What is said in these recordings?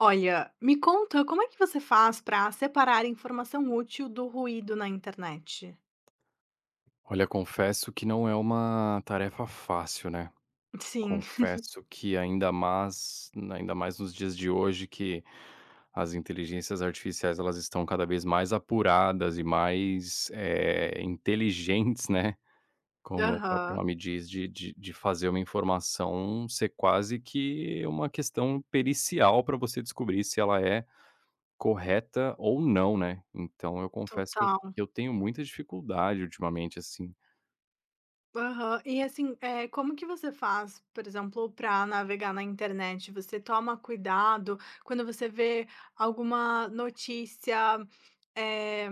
Olha, me conta como é que você faz para separar informação útil do ruído na internet? Olha, confesso que não é uma tarefa fácil, né. Sim, Confesso que ainda mais nos dias de hoje que as inteligências artificiais elas estão cada vez mais apuradas e mais, inteligentes, né, como o próprio aham, nome diz, de fazer uma informação ser quase que uma questão pericial para você descobrir se ela é correta ou não, né. Então eu confesso que eu total. eu tenho muita dificuldade ultimamente, assim. Aham. E assim, é como que você faz, por exemplo, para navegar na internet? Você toma cuidado quando você vê alguma notícia, eh,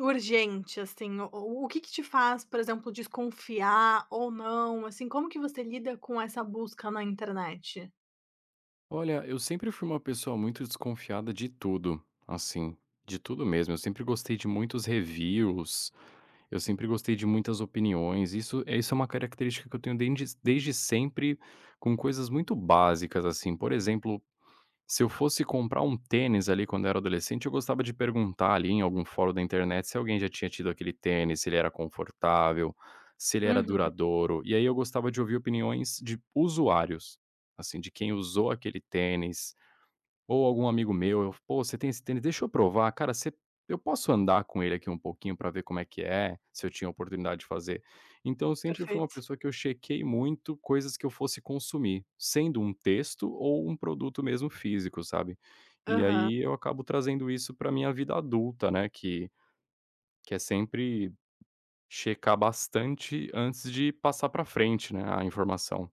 urgente, assim? O que que te faz, por exemplo, desconfiar ou não? Assim, como que você lida com essa busca na internet? Olha, eu sempre fui uma pessoa muito desconfiada de tudo, assim, de tudo mesmo. Eu sempre gostei de muitos reviews, eu sempre gostei de muitas opiniões. Isso, isso é uma característica que eu tenho desde sempre, com coisas muito básicas, assim. Por exemplo, se eu fosse comprar um tênis ali quando eu era adolescente, eu gostava de perguntar ali em algum fórum da internet se alguém já tinha tido aquele tênis, se ele era confortável, se ele era Uhum, duradouro. E aí eu gostava de ouvir opiniões de usuários, assim, de quem usou aquele tênis, ou algum amigo meu, eu: "Pô, você tem esse tênis? Deixa eu provar. Cara, você eu posso andar com ele aqui um pouquinho pra ver como é que é?", se eu tinha oportunidade de fazer. Então eu sempre fui uma perfeito. pessoa que eu chequei muito coisas que eu fosse consumir, sendo um texto ou um produto mesmo físico, sabe. E Aham, aí eu acabo trazendo isso pra minha vida adulta, né, que é sempre checar bastante antes de passar pra frente, né, a informação.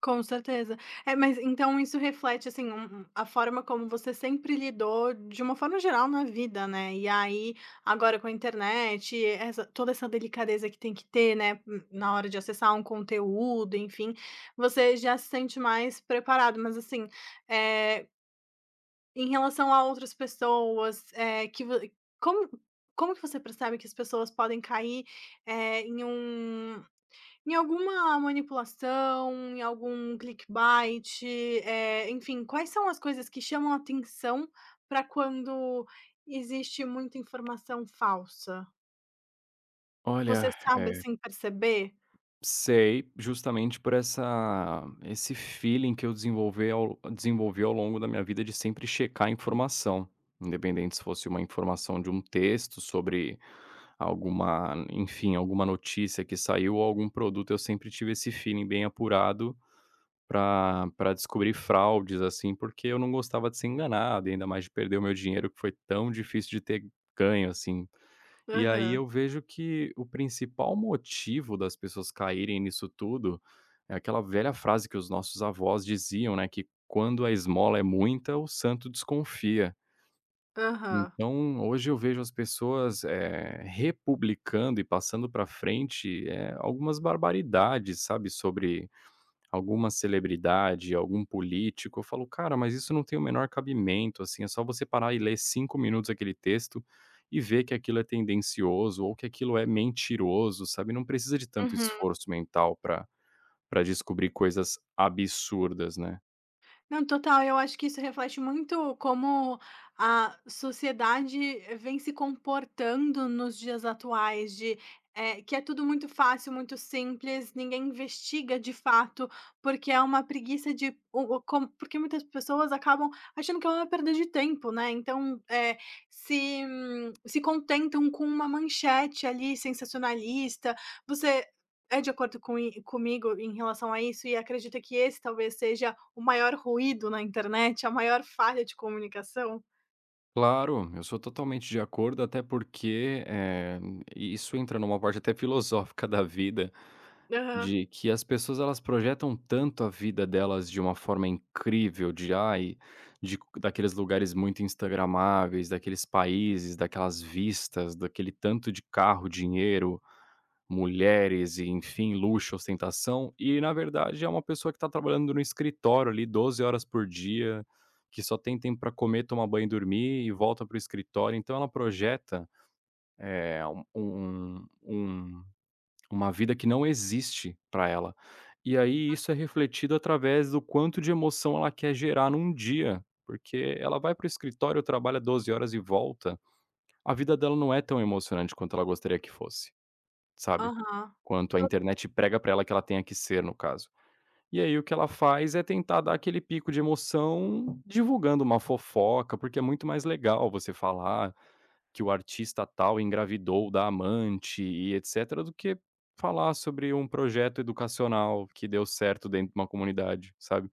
com certeza. É, mas então isso reflete, assim, um a forma como você sempre lidou de uma forma geral na vida, né, e aí, agora com a internet, essa toda essa delicadeza que tem que ter, né, na hora de acessar um conteúdo, enfim, você já se sente mais preparado, mas assim, eh, em relação a outras pessoas, eh, que vo como como que você percebe que as pessoas podem cair, eh, em um em alguma manipulação, em algum clickbait, enfim, quais são as coisas que chamam a atenção para quando existe muita informação falsa? Você Olha, sabe, é assim, perceber? Sei, justamente por essa esse feeling que eu desenvolver ao desenvolvi ao longo da minha vida de sempre checar a informação, independente se fosse uma informação de um texto sobre alguma enfim, alguma notícia que saiu ou algum produto. Eu sempre tive esse feeling bem apurado para descobrir fraudes, assim, porque eu não gostava de ser enganado, e ainda mais de perder o meu dinheiro que foi tão difícil de ter ganho, assim. E aí Aham, eu vejo que o principal motivo das pessoas caírem nisso tudo é aquela velha frase que os nossos avós diziam, né, que quando a esmola é muita, o santo desconfia. aham. Então, hoje eu vejo as pessoas, republicando e passando para frente, algumas barbaridades, sabe, sobre alguma celebridade, algum político, eu falo: "Cara, mas isso não tem o menor cabimento, assim, é só você parar e ler 5 minutos aquele texto e ver que aquilo é tendencioso ou que aquilo é mentiroso", sabe. Não precisa de tanto Uhum. esforço mental para descobrir coisas absurdas, né. Não, total, eu acho que isso reflete muito como a sociedade vem se comportando nos dias atuais, de que é tudo muito fácil, muito simples, ninguém investiga de fato, porque é uma preguiça de. O- com- porque muitas pessoas acabam achando que é uma perda de tempo, né? Então se contentam com uma manchete ali sensacionalista. Você é de acordo comigo em relação a isso, e acredita que esse talvez seja o maior ruído na internet, a maior falha de comunicação. Claro, eu sou totalmente de acordo, até porque, isso entra numa parte até filosófica da vida. Aham, De que as pessoas elas projetam tanto a vida delas de uma forma incrível, de ai, daqueles lugares muito instagramáveis, daqueles países, daquelas vistas, daquele tanto de carro, dinheiro, mulheres e enfim, luxo, ostentação, e na verdade é uma pessoa que está trabalhando no escritório ali 12 horas por dia, que só tem tempo pra comer, tomar banho e dormir e volta para o escritório, então ela projeta, eh, um um um uma vida que não existe para ela. E aí isso é refletido através do quanto de emoção ela quer gerar num dia, porque ela vai para o escritório, trabalha 12 horas e volta. A vida dela não é tão emocionante quanto ela gostaria que fosse, sabe? aham. Quanto a To internet prega para ela que ela tenha que ser, no caso. E aí o que ela faz é tentar dar aquele pico de emoção divulgando uma fofoca, porque é muito mais legal você falar que o artista tal engravidou da amante e etcétera, do que falar sobre um projeto educacional que deu certo dentro de uma comunidade, sabe.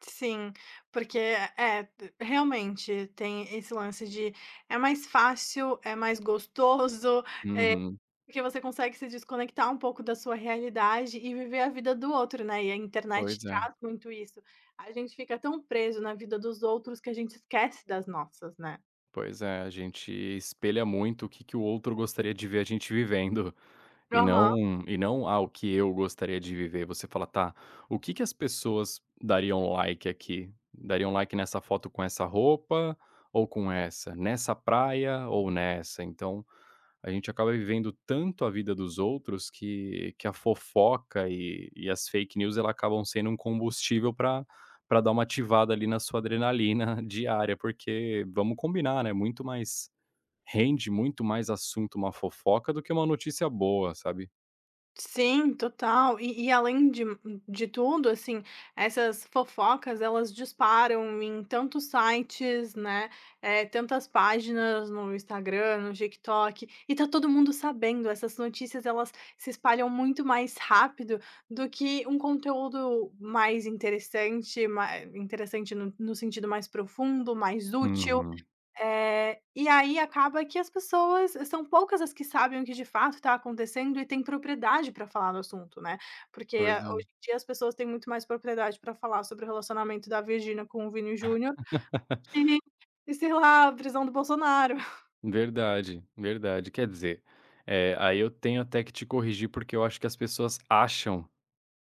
Sim, porque realmente tem esse lance de é mais fácil, é mais gostoso, eh, Uhum. porque você consegue se desconectar um pouco da sua realidade e viver a vida do outro, né, e a internet Pois é, traz muito isso. A gente fica tão preso na vida dos outros que a gente esquece das nossas, né. pois é, a gente espelha muito o que que o outro gostaria de ver a gente vivendo. E Aham. não, e não ao que eu gostaria de viver. Você fala: "Tá, o que que as pessoas dariam like aqui? Dariam like nessa foto com essa roupa ou com essa? Nessa praia ou nessa?". Então, a gente acaba vivendo tanto a vida dos outros que a fofoca e as fake news, ela acabam sendo um combustível para dar uma ativada ali na sua adrenalina diária, porque vamos combinar, né, muito mais rende muito mais assunto uma fofoca do que uma notícia boa, sabe? Sim, total. E além de tudo, assim, essas fofocas elas disparam em tantos sites, né, é tantas páginas no Instagram, no TikTok, e tá todo mundo sabendo. Essas notícias elas se espalham muito mais rápido do que um conteúdo mais interessante no sentido mais profundo, mais útil. Uhum. E aí acaba que as pessoas são poucas as que sabem o que de fato está acontecendo e têm propriedade para falar do assunto, né, porque Pois é. hoje em dia as pessoas têm muito mais propriedade para falar sobre o relacionamento da Virgínia com o Vini Júnior do que, e sei lá, a prisão do Bolsonaro, Verdade, verdade. Quer dizer, aí eu tenho até que te corrigir, porque eu acho que as pessoas acham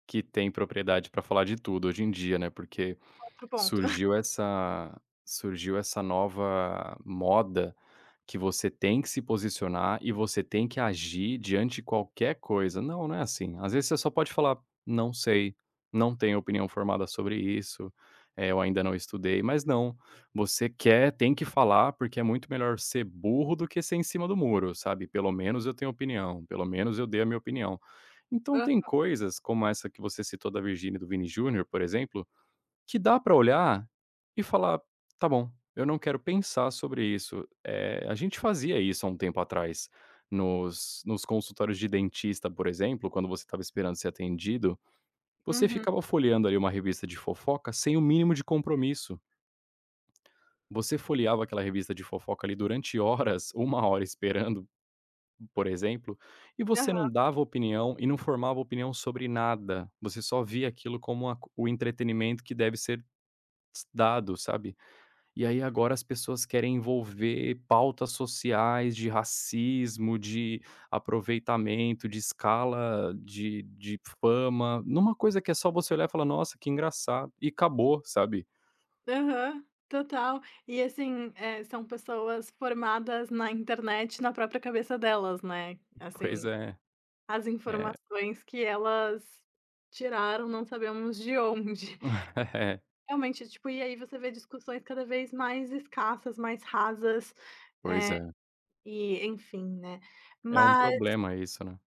que têm propriedade para falar de tudo hoje em dia, né, porque outro ponto. Surgiu essa surgiu essa nova moda que você tem que se posicionar e você tem que agir diante de qualquer coisa. Não, não é assim. Às vezes você só pode falar: "Não sei, não tenho opinião formada sobre isso, eu ainda não estudei", mas não, você quer tem que falar, porque é muito melhor ser burro do que ser em cima do muro, sabe. "Pelo menos eu tenho opinião, pelo menos eu dei a minha opinião". Então Hã. tem coisas como essa que você citou da Virgínia e do Vini Júnior, por exemplo, que dá pra olhar e falar: "Tá bom, eu não quero pensar sobre isso". A gente fazia isso há um tempo atrás nos consultórios de dentista, por exemplo. Quando você estava esperando ser atendido, você Uhum. ficava folheando ali uma revista de fofoca sem o mínimo de compromisso. Você folheava aquela revista de fofoca ali durante horas, uma hora esperando, por exemplo, e você não Aham. dava opinião e não formava opinião sobre nada. Você só via aquilo como a o entretenimento que deve ser dado, sabe. E aí agora as pessoas querem envolver pautas sociais de racismo, de aproveitamento, de escala, de fama, numa coisa que é só você olhar e falar: "Nossa, que engraçado", e acabou, sabe. Aham. Total. E assim, são pessoas formadas na internet, na própria cabeça delas, né, Pois assim. é, As é. informações que elas tiraram, não sabemos de onde. É, Realmente, tipo, e aí você vê discussões cada vez mais escassas, mais rasas, pois eh, é. e enfim, né. É um Mas problema isso, né.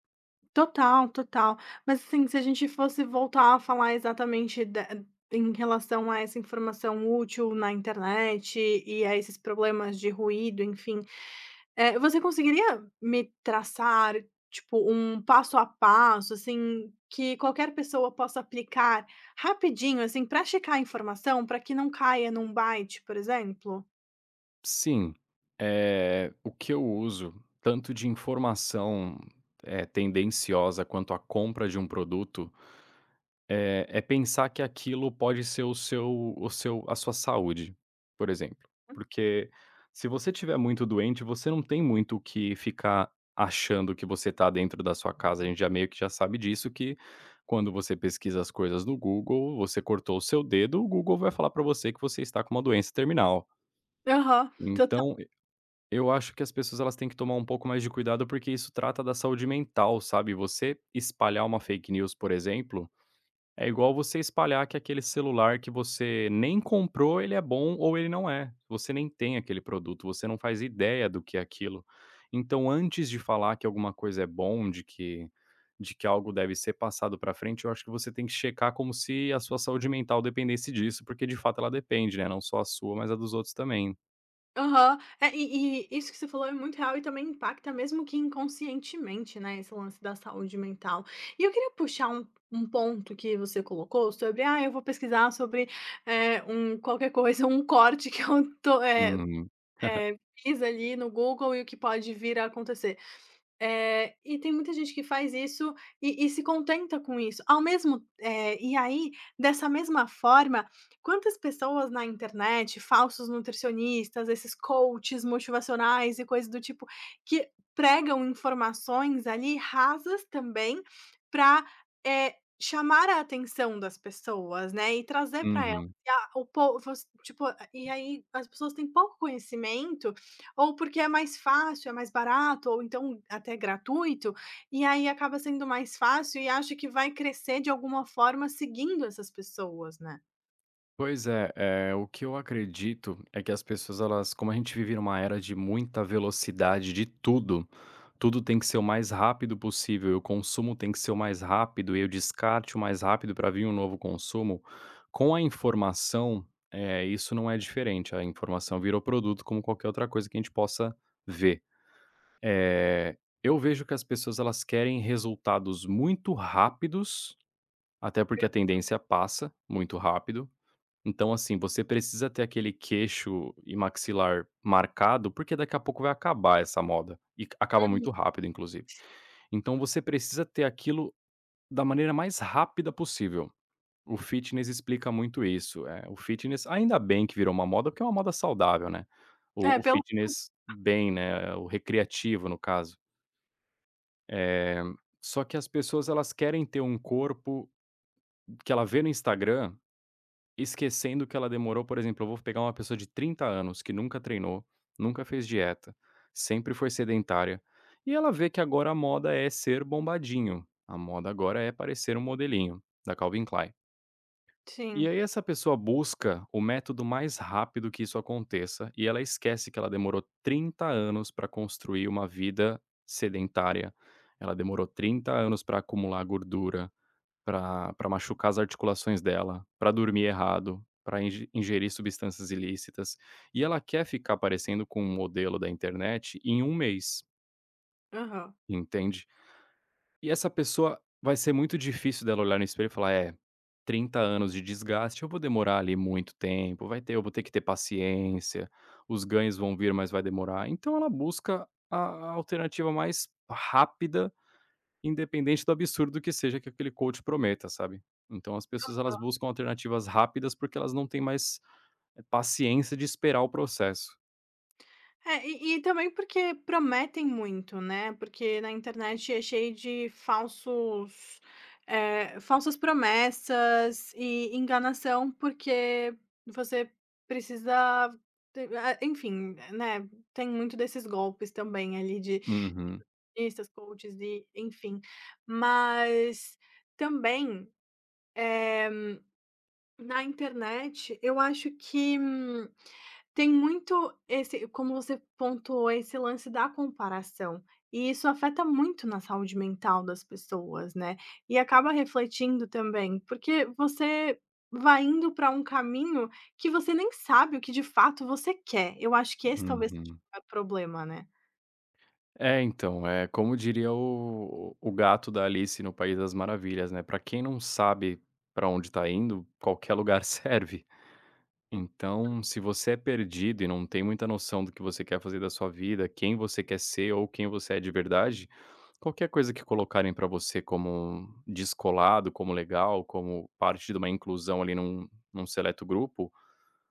total, total. Mas, assim, se a gente fosse voltar a falar exatamente da em relação a essa informação útil na internet e a esses problemas de ruído, enfim, você conseguiria me traçar, tipo, um passo a passo, assim, que qualquer pessoa possa aplicar rapidinho, assim, pra checar a informação, pra que não caia num byte, por exemplo? Sim, é o que eu uso, tanto de informação, é tendenciosa quanto a compra de um produto. É pensar que aquilo pode ser o seu a sua saúde, por exemplo. Porque se você estiver muito doente, você não tem muito o que ficar achando que você está dentro da sua casa. A gente já meio que já sabe disso, que quando você pesquisa as coisas no Google, você cortou o seu dedo, o Google vai falar para você que você está com uma doença terminal. Aham, total. Então, e eu acho que as pessoas elas têm que tomar um pouco mais de cuidado, porque isso trata da saúde mental, sabe. Você espalhar uma fake news, por exemplo, é igual você espalhar que aquele celular que você nem comprou, ele é bom ou ele não é. Você nem tem aquele produto, você não faz ideia do que é aquilo. Então, antes de falar que alguma coisa é bom, de que algo deve ser passado para frente, eu acho que você tem que checar como se a sua saúde mental dependesse disso, porque de fato ela depende, né, não só a sua, mas a dos outros também. Aham. É, e isso que você falou é muito real e também impacta mesmo que inconscientemente, né, esse lance da saúde mental. E eu queria puxar um ponto que você colocou sobre: "Ah, eu vou pesquisar sobre, qualquer coisa, um corte que eu tô, eh, Uhum. é, pesquisa ali no Google e o que pode vir a acontecer. E tem muita gente que faz isso e se contenta com isso. Ao mesmo e aí, dessa mesma forma, quantas pessoas na internet, falsos nutricionistas, esses coaches motivacionais e coisas do tipo, que pregam informações ali rasas também para chamar a atenção das pessoas, né, e trazer para elas. Uhum. E a o povo tipo, e aí as pessoas têm pouco conhecimento ou porque é mais fácil, é mais barato, ou então até gratuito, e aí acaba sendo mais fácil e acha que vai crescer de alguma forma seguindo essas pessoas, né. Pois é, o que eu acredito é que as pessoas, elas, como a gente vive numa era de muita velocidade de tudo, tudo tem que ser o mais rápido possível e o consumo tem que ser o mais rápido e o descarte o mais rápido para vir um novo consumo, com a informação, é, isso não é diferente, a informação virou produto como qualquer outra coisa que a gente possa ver. Eu vejo que as pessoas elas querem resultados muito rápidos, até porque a tendência passa muito rápido. Então, assim, você precisa ter aquele queixo e maxilar marcado, porque daqui a pouco vai acabar essa moda e acaba Uhum, muito rápido, inclusive. Então, você precisa ter aquilo da maneira mais rápida possível. O fitness explica muito isso. O fitness, ainda bem que virou uma moda, porque é uma moda saudável, né? é, O pelo fitness bem, né? O recreativo, no caso. Eh, Só que as pessoas elas querem ter um corpo que ela vê no Instagram, esquecendo que ela demorou, por exemplo. Eu vou pegar uma pessoa de 30 anos que nunca treinou, nunca fez dieta, sempre foi sedentária, e ela vê que agora a moda é ser bombadinho, a moda agora é parecer um modelinho da Calvin Klein. E sim, aí essa pessoa busca o método mais rápido que isso aconteça e ela esquece que ela demorou 30 anos para construir uma vida sedentária, ela demorou 30 anos para acumular gordura, para machucar as articulações dela, para dormir errado, para ingerir substâncias ilícitas, e ela quer ficar aparecendo com um modelo da internet em um mês, aham. entende. E essa pessoa vai ser muito difícil dela olhar no espelho e falar: "É, 30 anos de desgaste, eu vou demorar ali muito tempo, vai ter eu vou ter que ter paciência, os ganhos vão vir, mas vai demorar". Então ela busca a alternativa mais rápida, independente do absurdo que seja que aquele coach prometa, sabe. Então as pessoas elas buscam alternativas rápidas, porque elas não têm mais paciência de esperar o processo. É, e também porque prometem muito, né, porque na internet é cheio de falsos, falsas promessas e enganação, porque você precisa te ah, enfim, né, tem muito desses golpes também ali de Uhum, isso, coaches e enfim. Mas também, eh, na internet eu acho que tem muito esse como você pontuou, esse lance da comparação, e isso afeta muito na saúde mental das pessoas, né, e acaba refletindo também, porque você vai indo para um caminho que você nem sabe o que de fato você quer. Eu acho que esse talvez seja uhum. o maior problema, né. É, então, é como diria o gato da Alice no País das Maravilhas, né, pra quem não sabe pra onde tá indo, qualquer lugar serve. Então, se você é perdido e não tem muita noção do que você quer fazer da sua vida, quem você quer ser ou quem você é de verdade, qualquer coisa que colocarem pra você como descolado, como legal, como parte de uma inclusão ali num, num seleto grupo,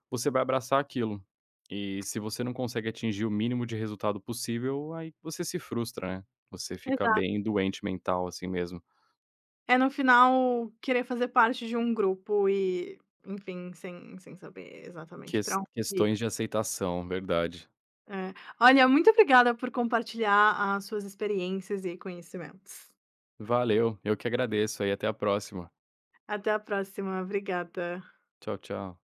você vai abraçar aquilo. E se você não consegue atingir o mínimo de resultado possível, aí você se frustra, né? Você fica bem doente mental, assim mesmo. É, no final, querer fazer parte de um grupo e, enfim, sem saber exatamente para onde ir. Questões de aceitação, verdade. É. Olha, muito obrigada por compartilhar as suas experiências e conhecimentos. Valeu, eu que agradeço aí, até a próxima. Até a próxima, obrigada. Tchau, tchau.